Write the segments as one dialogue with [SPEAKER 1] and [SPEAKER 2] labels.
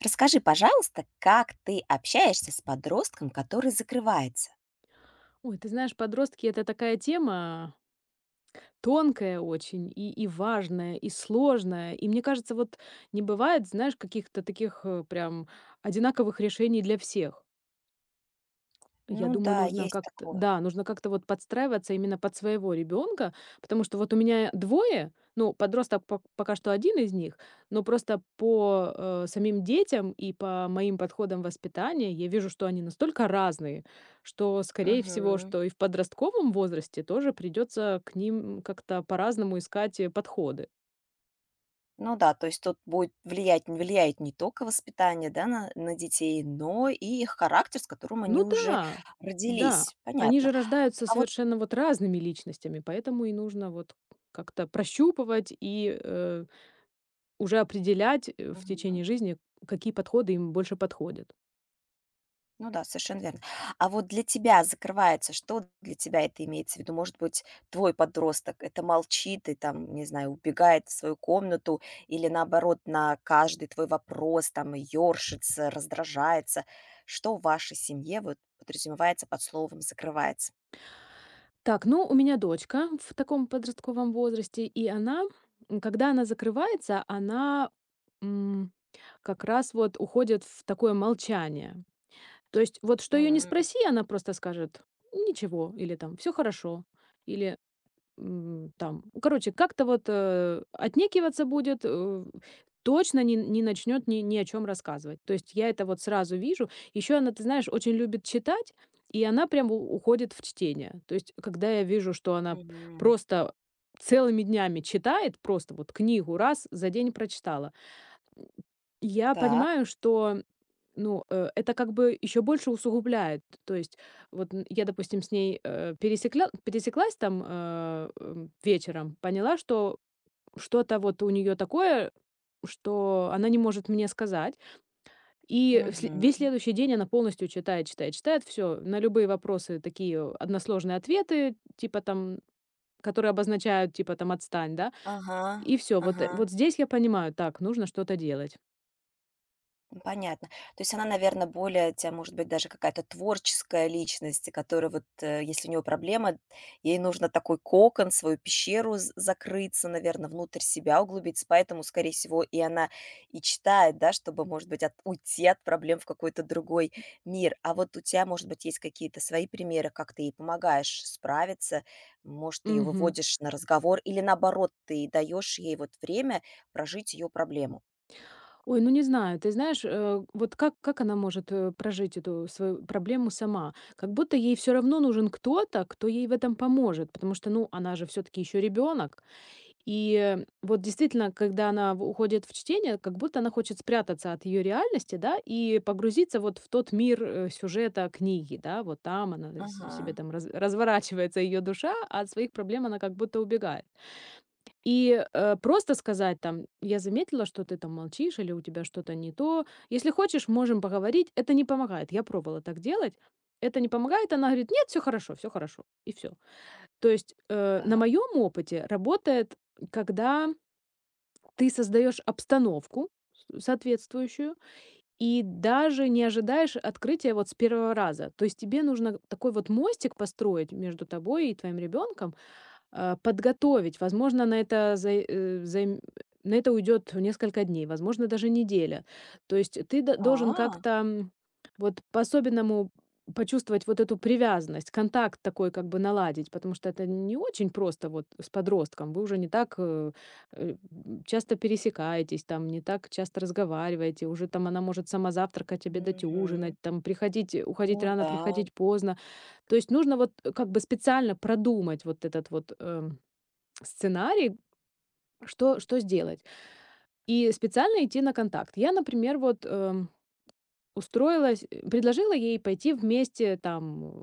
[SPEAKER 1] Расскажи, пожалуйста, как ты общаешься с подростком, который закрывается?
[SPEAKER 2] Ой, ты знаешь, подростки- это такая тема тонкая очень и важная, и сложная. И мне кажется, вот не бывает, знаешь, каких-то таких, прям одинаковых решений для всех. Я
[SPEAKER 1] Ну
[SPEAKER 2] думаю,
[SPEAKER 1] да,
[SPEAKER 2] нужно
[SPEAKER 1] есть
[SPEAKER 2] как-то,
[SPEAKER 1] такое.
[SPEAKER 2] да, нужно как-то вот подстраиваться именно под своего ребенка, потому что вот у меня двое, ну, подросток пока что один из них, но просто по самим детям и по моим подходам воспитания я вижу, что они настолько разные, что, скорее всего,
[SPEAKER 1] Мгм.
[SPEAKER 2] что и в подростковом возрасте тоже придется к ним как-то по-разному искать подходы.
[SPEAKER 1] Ну да, то есть тут будет влияет не только воспитание, да, на детей, но и их характер, с которым они
[SPEAKER 2] Ну
[SPEAKER 1] уже
[SPEAKER 2] да, да.
[SPEAKER 1] родились.
[SPEAKER 2] Они
[SPEAKER 1] Понятно.
[SPEAKER 2] же рождаются
[SPEAKER 1] А вот
[SPEAKER 2] совершенно вот разными личностями, поэтому и нужно вот как-то прощупывать и, уже определять, в
[SPEAKER 1] Мгм.
[SPEAKER 2] течение жизни, какие подходы им больше подходят.
[SPEAKER 1] Ну да, совершенно верно. А вот для тебя закрывается, что для тебя это имеется в виду? Может быть, твой подросток это молчит и там, не знаю, убегает в свою комнату или наоборот на каждый твой вопрос там ёршится, раздражается. Что в вашей семье вот подразумевается под словом закрывается?
[SPEAKER 2] Так, ну, у меня дочка в таком подростковом возрасте, и она, когда она закрывается, она, м, как раз вот уходит в такое молчание. То есть вот что ее не
[SPEAKER 1] Мгм.
[SPEAKER 2] спроси, она просто скажет: "Ничего", или там: "все хорошо", или там, короче, как-то вот, отнекиваться будет, точно не начнет ни о чем рассказывать. То есть я это вот сразу вижу. Еще она, ты знаешь, очень любит читать, и она прям у уходит в чтение. То есть когда я вижу, что она
[SPEAKER 1] Мгм.
[SPEAKER 2] просто целыми днями читает, просто вот книгу раз за день прочитала. Я
[SPEAKER 1] Так.
[SPEAKER 2] понимаю, что, ну, это как бы еще больше усугубляет. То есть вот я, допустим, с ней пересеклась там вечером, поняла, что что-то вот у нее такое, что она не может мне сказать. И
[SPEAKER 1] Мгм.
[SPEAKER 2] весь следующий день она полностью читает, читает, читает все. На любые вопросы такие односложные ответы, типа там, которые обозначают, типа там, отстань, да.
[SPEAKER 1] Ага.
[SPEAKER 2] И все, вот,
[SPEAKER 1] Ага.
[SPEAKER 2] вот здесь я понимаю: так, нужно что-то делать.
[SPEAKER 1] Понятно. То есть она, наверное, более у тебя может быть, даже какая-то творческая личность, и которая вот, если у нее проблема, ей нужно такой кокон, свою пещеру з закрыться, наверное, внутрь себя углубиться. Поэтому, скорее всего, и она и читает, да, чтобы, может быть, от уйти от проблем в какой-то другой мир. А вот у тебя, может быть, есть какие-то свои примеры, как ты ей помогаешь справиться? Может, ты ее
[SPEAKER 2] Мгм.
[SPEAKER 1] выводишь на разговор или, наоборот, ты даешь ей вот время прожить ее проблему?
[SPEAKER 2] Ой, ну не знаю, ты знаешь, вот как она может, прожить эту свою проблему сама? Как будто ей все равно нужен кто-то, кто ей в этом поможет, потому что, ну, она же все таки еще ребенок. И, вот действительно, когда она в уходит в чтение, как будто она хочет спрятаться от ее реальности, да, и погрузиться вот в тот мир, сюжета книги, да. Вот там она се себе
[SPEAKER 1] Ага,
[SPEAKER 2] там разворачивается ее душа, а от своих проблем она как будто убегает. И, просто сказать там: "Я заметила, что ты там молчишь или у тебя что-то не то. Если хочешь, можем поговорить". Это не помогает. Я пробовала так делать. Это не помогает. Она говорит: "Нет, все хорошо, все хорошо". И все. То есть, на
[SPEAKER 1] так.
[SPEAKER 2] моем опыте работает, когда ты создаешь обстановку с соответствующую и даже не ожидаешь открытия вот с первого раза. То есть тебе нужно такой вот мостик построить между тобой и твоим ребенком, подготовить. Возможно, на это за э, займ на это уйдет несколько дней, возможно, даже неделя. То есть ты до должен
[SPEAKER 1] А,
[SPEAKER 2] как-то, вот по-особенному почувствовать вот эту привязанность, контакт такой как бы наладить, потому что это не очень просто вот с подростком. Вы уже не так, часто пересекаетесь, там не так часто разговариваете, уже там она может сама завтракать, обедать,
[SPEAKER 1] мгм.
[SPEAKER 2] ужинать, там приходить уходить
[SPEAKER 1] Ну
[SPEAKER 2] рано,
[SPEAKER 1] да.
[SPEAKER 2] приходить поздно. То есть нужно вот, как бы специально продумать вот этот вот, сценарий, что сделать. И специально идти на контакт. Я, например, вот, устроилась, предложила ей пойти вместе там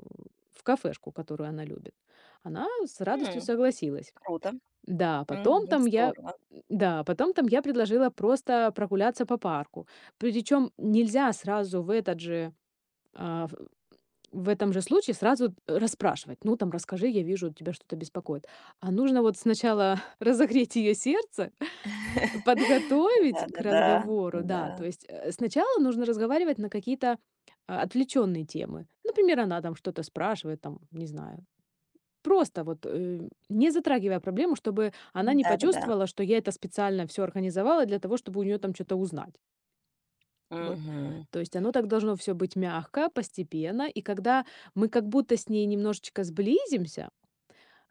[SPEAKER 2] в кафешку, которую она любит. Она с радостью
[SPEAKER 1] М,
[SPEAKER 2] согласилась.
[SPEAKER 1] круто.
[SPEAKER 2] Да, потом
[SPEAKER 1] Мгм,
[SPEAKER 2] там я
[SPEAKER 1] здорово.
[SPEAKER 2] да, потом там я предложила просто прогуляться по парку. Причем нельзя сразу в этот же, а, в В этом же случае сразу расспрашивать: "Ну, там, расскажи, я вижу, тебя что-то беспокоит". А нужно вот сначала разогреть ее сердце, подготовить к
[SPEAKER 1] Да-да-да,
[SPEAKER 2] разговору, да. То
[SPEAKER 1] да.
[SPEAKER 2] есть, сначала нужно разговаривать на какие-то отвлеченные темы. Например, она там что-то спрашивает, там, не знаю. Просто вот, не затрагивая проблему, чтобы она не
[SPEAKER 1] Да-да-да.
[SPEAKER 2] почувствовала, что я это специально все организовала для того, чтобы у нее там что то узнать. Вот.
[SPEAKER 1] Мгм,
[SPEAKER 2] То есть оно так должно все быть мягко, постепенно. И когда мы как будто с ней немножечко сблизимся,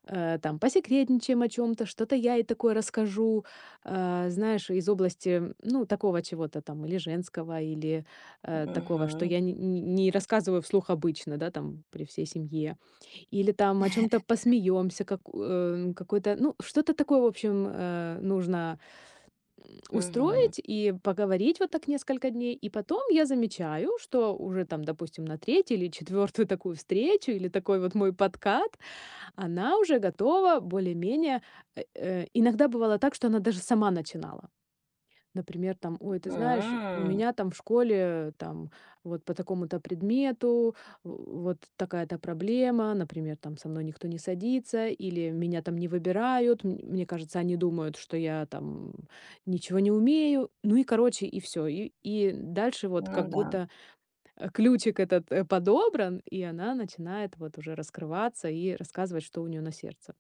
[SPEAKER 2] там посекретничаем о чем то, что-то я ей такое расскажу, знаешь, из области, ну, такого чего-то там или женского, или, такого, что
[SPEAKER 1] мгм,
[SPEAKER 2] я не рассказываю вслух обычно, да, там при всей семье. Или там о чем то посмеемся, как, какой-то, ну, что-то такое, в общем, нужно
[SPEAKER 1] мгм.
[SPEAKER 2] устроить и поговорить вот так несколько дней. И потом я замечаю, что уже там, допустим, на третью или четвертую такую встречу или такой вот мой подкат, она уже готова более-менее. Иногда бывало так, что она даже сама начинала. Например, там: "Ой, ты знаешь, у
[SPEAKER 1] М,
[SPEAKER 2] меня там в школе там вот по такому-то предмету в вот такая-то проблема, например, там со мной никто не садится или меня там не выбирают, мне кажется, они думают, что я там ничего не умею". Ну и, короче, и все. И дальше вот
[SPEAKER 1] ну
[SPEAKER 2] как
[SPEAKER 1] да.
[SPEAKER 2] будто, ключик этот, подобран, и она начинает вот уже раскрываться и рассказывать, что у нее на сердце.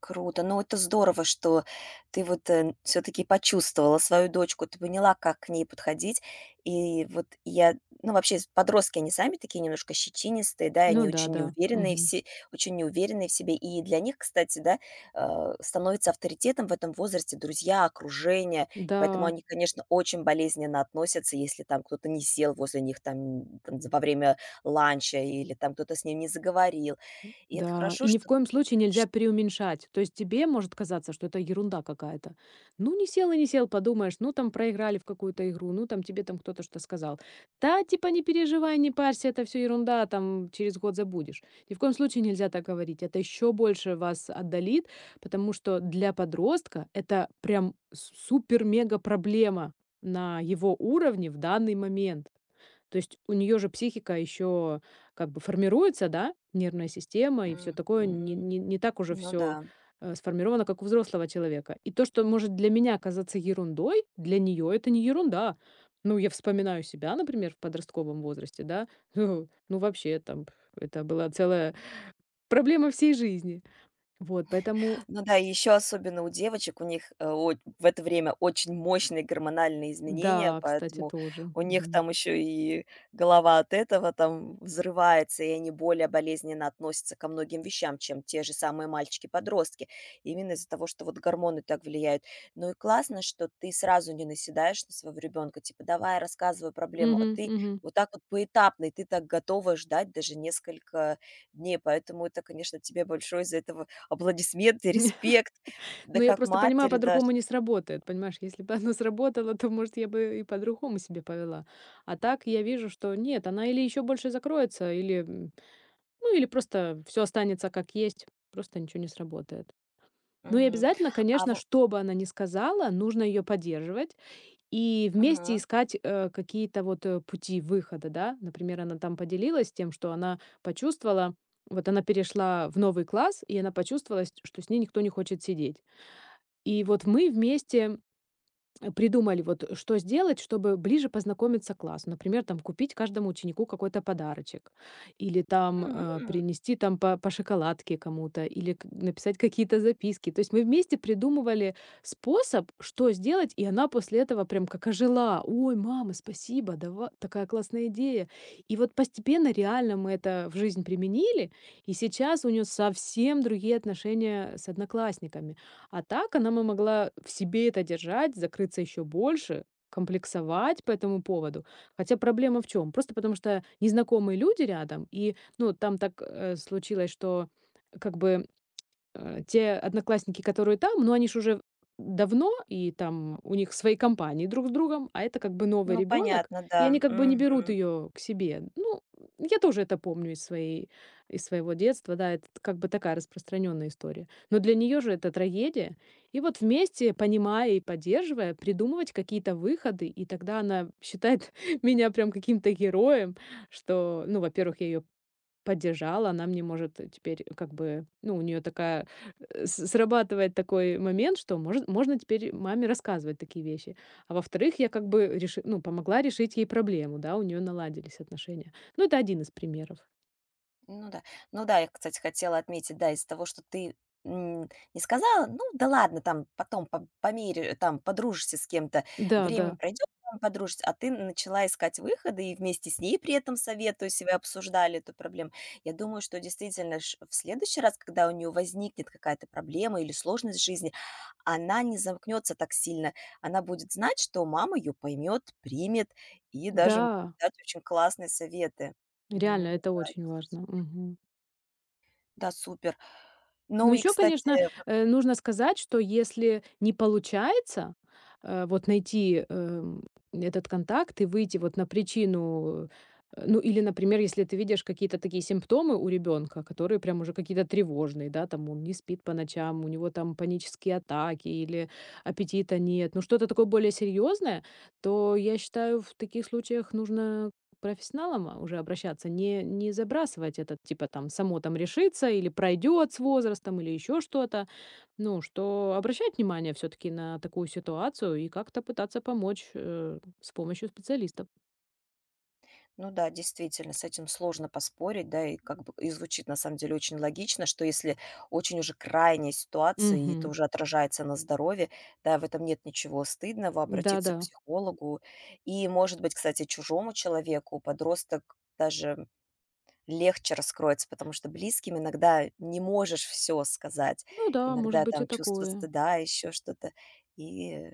[SPEAKER 1] Круто. Ну, это здорово, что ты вот, все таки почувствовала свою дочку, ты поняла, как к ней подходить. И вот я Ну, вообще, подростки, они сами такие немножко щечинистые, да, и они
[SPEAKER 2] Ну да, да. Мгм.
[SPEAKER 1] очень неуверенные в себе. И для них, кстати, да, становится авторитетом в этом возрасте друзья, окружение. Поэтому
[SPEAKER 2] Да.
[SPEAKER 1] они, конечно, очень болезненно относятся, если там кто-то не сел возле них там, во время ланча или там кто-то с ним не заговорил. И это
[SPEAKER 2] Да,
[SPEAKER 1] хорошо,
[SPEAKER 2] и ни в
[SPEAKER 1] что
[SPEAKER 2] коем случае нельзя переуменьшать. То есть тебе может казаться, что это ерунда какая-то. Ну, не сел и не сел, подумаешь, ну, там проиграли в какую-то игру, ну, там тебе там кто-то что сказал. Да, типа, не переживай, не парься, это все ерунда, там через год забудешь. Ни в коем случае нельзя так говорить. Это еще больше вас отдалит, потому что для подростка это прям супер-мега проблема на его уровне в данный момент. То есть у нее же психика еще как бы формируется, да, нервная система и все такое,
[SPEAKER 1] Мгм.
[SPEAKER 2] не так уже
[SPEAKER 1] Ну да.
[SPEAKER 2] все сформировано, как у взрослого человека. И то, что может для меня казаться ерундой, для нее это не ерунда. Ну, я вспоминаю себя, например, в подростковом возрасте, да, ну, вообще там это была целая проблема всей жизни. Вот, поэтому
[SPEAKER 1] Ну да, и еще особенно у девочек, у них, э, о в это время очень мощные гормональные изменения,
[SPEAKER 2] да, кстати,
[SPEAKER 1] поэтому
[SPEAKER 2] тоже.
[SPEAKER 1] у них
[SPEAKER 2] Мгм.
[SPEAKER 1] там еще и голова от этого там взрывается, и они более болезненно относятся ко многим вещам, чем те же самые мальчики-подростки, именно из-за того, что вот гормоны так влияют. Ну и классно, что ты сразу не наседаешь на своего ребенка, типа: "Давай, рассказывай проблему", а
[SPEAKER 2] Мгм,
[SPEAKER 1] ты
[SPEAKER 2] мгм.
[SPEAKER 1] вот так вот поэтапный, ты так готова ждать даже несколько дней, поэтому это, конечно, тебе большое за это аплодисменты, респект, да
[SPEAKER 2] Ну, я
[SPEAKER 1] как
[SPEAKER 2] просто понимаю,
[SPEAKER 1] матери даже.
[SPEAKER 2] по-другому не сработает. Понимаешь, если бы оно сработало, то, может, я бы и по-другому себе повела. А так я вижу, что нет, она или еще больше закроется, или, ну, или просто все останется как есть, просто ничего не сработает. Ну и
[SPEAKER 1] Мгм.
[SPEAKER 2] обязательно,
[SPEAKER 1] А
[SPEAKER 2] конечно,
[SPEAKER 1] во
[SPEAKER 2] что бы она ни сказала, нужно ее поддерживать и вместе
[SPEAKER 1] Мгм.
[SPEAKER 2] искать какие-то вот пути выхода, да. Например, она там поделилась тем, что она почувствовала, вот она перешла в новый класс, и она почувствовала, что с ней никто не хочет сидеть. И вот мы вместе придумали, вот что сделать, чтобы ближе познакомиться классу. Например, там купить каждому ученику какой-то подарочек, или там
[SPEAKER 1] М.
[SPEAKER 2] принести там по шоколадке кому-то, или написать какие-то записки. То есть мы вместе придумывали способ, что сделать, и она после этого прям как ожила. Ой, мама, спасибо, такая классная идея. И вот постепенно реально мы это в жизнь применили, и сейчас у нее совсем другие отношения с одноклассниками. А так она бы могла в себе это держать, закрыться еще больше, комплексовать по этому поводу. Хотя проблема в чем? Просто потому что незнакомые люди рядом, и, ну, там так случилось, что как бы те одноклассники, которые там, но они ж уже давно, и там у них свои компании друг с другом, а это как бы новый
[SPEAKER 1] Ну,
[SPEAKER 2] ребенок,
[SPEAKER 1] понятно,
[SPEAKER 2] и
[SPEAKER 1] да.
[SPEAKER 2] они как бы не берут
[SPEAKER 1] Мгм.
[SPEAKER 2] ее к себе. Ну, я тоже это помню из своего детства, да, это как бы такая распространенная история. Но для нее же это трагедия. И вот вместе, понимая и поддерживая, придумывать какие-то выходы, и тогда она считает меня прям каким-то героем, что, ну, во-первых, я ее поддержала, она мне может теперь как бы, ну, у нее такая, с срабатывает такой момент, что может можно теперь маме рассказывать такие вещи. А во-вторых, я как бы реши ну, помогла решить ей проблему, да, у нее наладились отношения. Ну, это один из примеров.
[SPEAKER 1] Ну да. Ну да, я, кстати, хотела отметить, да, из того, что м, не сказала, ну да ладно, там потом по мере, там подружишься с кем-то,
[SPEAKER 2] Да,
[SPEAKER 1] время
[SPEAKER 2] да,
[SPEAKER 1] пройдет, там подружишься, а ты начала искать выходы и вместе с ней при этом советую себя обсуждали эту проблему. Я думаю, что действительно в следующий раз, когда у нее возникнет какая-то проблема или сложность в жизни, она не замкнется так сильно, она будет знать, что мама ее поймет, примет и даже может
[SPEAKER 2] да,
[SPEAKER 1] дать очень классные советы.
[SPEAKER 2] реально
[SPEAKER 1] М,
[SPEAKER 2] это
[SPEAKER 1] да,
[SPEAKER 2] очень важно. Мгм.
[SPEAKER 1] да, супер.
[SPEAKER 2] Ну,
[SPEAKER 1] Ну и,
[SPEAKER 2] еще, конечно,
[SPEAKER 1] кстати, вот
[SPEAKER 2] нужно сказать, что если не получается, вот найти, этот контакт и выйти вот на причину, ну, или, например, если ты видишь какие-то такие симптомы у ребенка, которые прям уже какие-то тревожные, да, там он не спит по ночам, у него там панические атаки или аппетита нет, ну, что-то такое более серьезное, то я считаю, в таких случаях нужно профессионалам, уже обращаться, не забрасывать это, типа там само там решится или пройдет с возрастом, или еще что-то. Ну, что обращать внимание все-таки на такую ситуацию и как-то пытаться помочь с помощью специалистов.
[SPEAKER 1] Ну да, действительно, с этим сложно поспорить, да, и как бы и звучит на самом деле очень логично, что если очень уже крайняя ситуация, и это
[SPEAKER 2] Мгм.
[SPEAKER 1] уже отражается на здоровье, да, в этом нет ничего стыдного, обратиться
[SPEAKER 2] Да-да.
[SPEAKER 1] к психологу. И, может быть, кстати, чужому человеку подросток даже легче раскроется, потому что близким иногда не можешь все сказать.
[SPEAKER 2] Ну да, может
[SPEAKER 1] Иногда
[SPEAKER 2] быть и
[SPEAKER 1] там чувство
[SPEAKER 2] такое.
[SPEAKER 1] стыда, еще что-то. И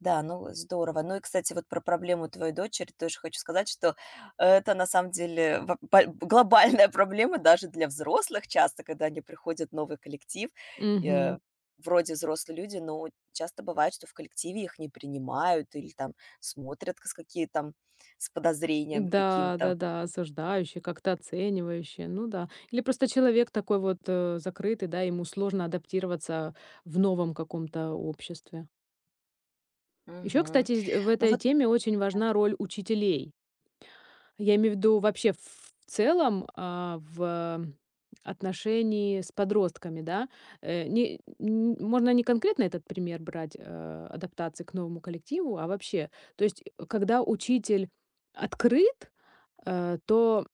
[SPEAKER 1] да, ну здорово. Ну и, кстати, вот про проблему твоей дочери тоже хочу сказать, что это на самом деле глобальная проблема даже для взрослых часто, когда они приходят в новый коллектив. и, э,
[SPEAKER 2] Мгм.
[SPEAKER 1] Вроде взрослые люди, но часто бывает, что в коллективе их не принимают или там смотрят с какие там с подозрениями
[SPEAKER 2] Да,
[SPEAKER 1] каким-то.
[SPEAKER 2] да, да, осуждающие, как-то оценивающие, ну да. Или просто человек такой вот закрытый, да, ему сложно адаптироваться в новом каком-то обществе. Еще,
[SPEAKER 1] Мгм.
[SPEAKER 2] кстати, зд в
[SPEAKER 1] Ну
[SPEAKER 2] этой
[SPEAKER 1] вот
[SPEAKER 2] теме очень важна роль учителей. Я имею в виду вообще в целом, в отношении с подростками, да. Э, не н Можно не конкретно этот пример брать, адаптации к новому коллективу, а вообще. То есть, когда учитель открыт, то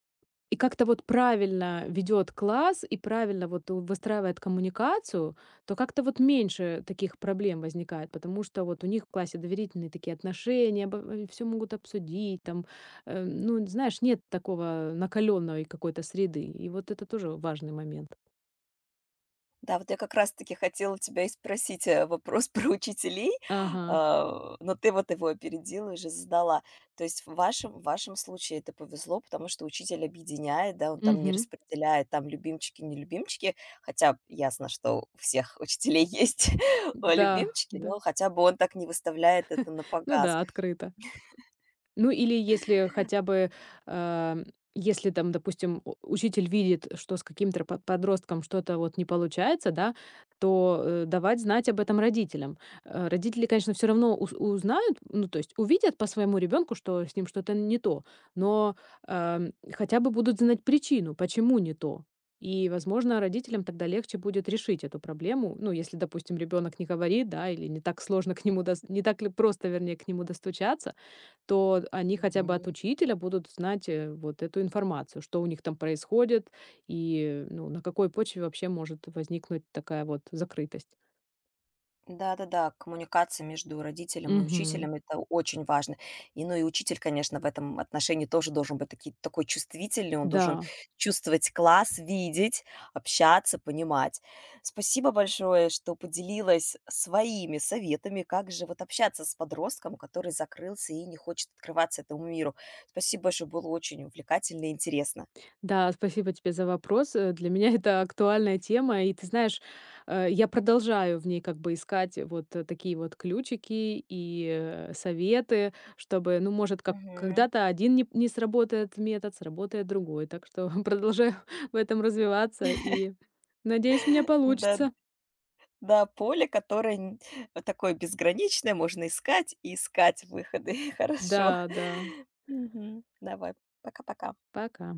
[SPEAKER 2] и как-то вот правильно ведет класс и правильно вот у выстраивает коммуникацию, то как-то вот меньше таких проблем возникает, потому что вот у них в классе доверительные такие отношения, все могут обсудить там. Ну, знаешь, нет такого накаленной какой-то среды. И вот это тоже важный момент.
[SPEAKER 1] Да, вот я как раз таки хотела тебя и спросить, вопрос про учителей,
[SPEAKER 2] Ага.
[SPEAKER 1] но ты вот его опередила и уже задала. То есть в вашем случае это повезло, потому что учитель объединяет, да, он там не
[SPEAKER 2] Угу.
[SPEAKER 1] распределяет там любимчики, не любимчики, хотя ясно, что у всех учителей есть,
[SPEAKER 2] Да,
[SPEAKER 1] любимчики, но
[SPEAKER 2] да.
[SPEAKER 1] хотя бы он так не выставляет это на
[SPEAKER 2] Ну
[SPEAKER 1] показ.
[SPEAKER 2] да, открыто. Ну, или если хотя бы, ам, если там, допустим, у учитель видит, что с каким-то подростком что-то вот не получается, да, то, давать знать об этом родителям. Родители, конечно, все равно уз узнают, ну, то есть увидят по своему ребенку, что с ним что-то не то, но, хотя бы будут знать причину, почему не то. И, возможно, родителям тогда легче будет решить эту проблему. Ну, если, допустим, ребенок не говорит, да, или не так сложно к нему дос не так ли просто, вернее, к нему достучаться, то они хотя бы от учителя будут знать, вот эту информацию, что у них там происходит и, ну, на какой почве вообще может возникнуть такая вот закрытость.
[SPEAKER 1] Да-да-да, коммуникация между родителем и
[SPEAKER 2] Мгм.
[SPEAKER 1] учителем - это очень важно. И, ну, и учитель, конечно, в этом отношении тоже должен быть таки такой чувствительный, он должен
[SPEAKER 2] Да.
[SPEAKER 1] чувствовать класс, видеть, общаться, понимать. Спасибо большое, что поделилась своими советами, как же вот общаться с подростком, который закрылся и не хочет открываться этому миру. Спасибо большое, было очень увлекательно и интересно.
[SPEAKER 2] Да, спасибо тебе за вопрос. Для меня это актуальная тема, и ты знаешь, я продолжаю в ней как бы искать вот такие вот ключики и советы, чтобы, ну, может, как
[SPEAKER 1] Мгм.
[SPEAKER 2] когда-то один не сработает метод, сработает другой. Так что продолжаю в этом развиваться и надеюсь, у меня
[SPEAKER 1] Да.
[SPEAKER 2] получится.
[SPEAKER 1] Да, поле, которое такое безграничное, можно искать и искать выходы. Хорошо.
[SPEAKER 2] Да, да.
[SPEAKER 1] Мгм. Давай. Пока-пока.
[SPEAKER 2] Пока.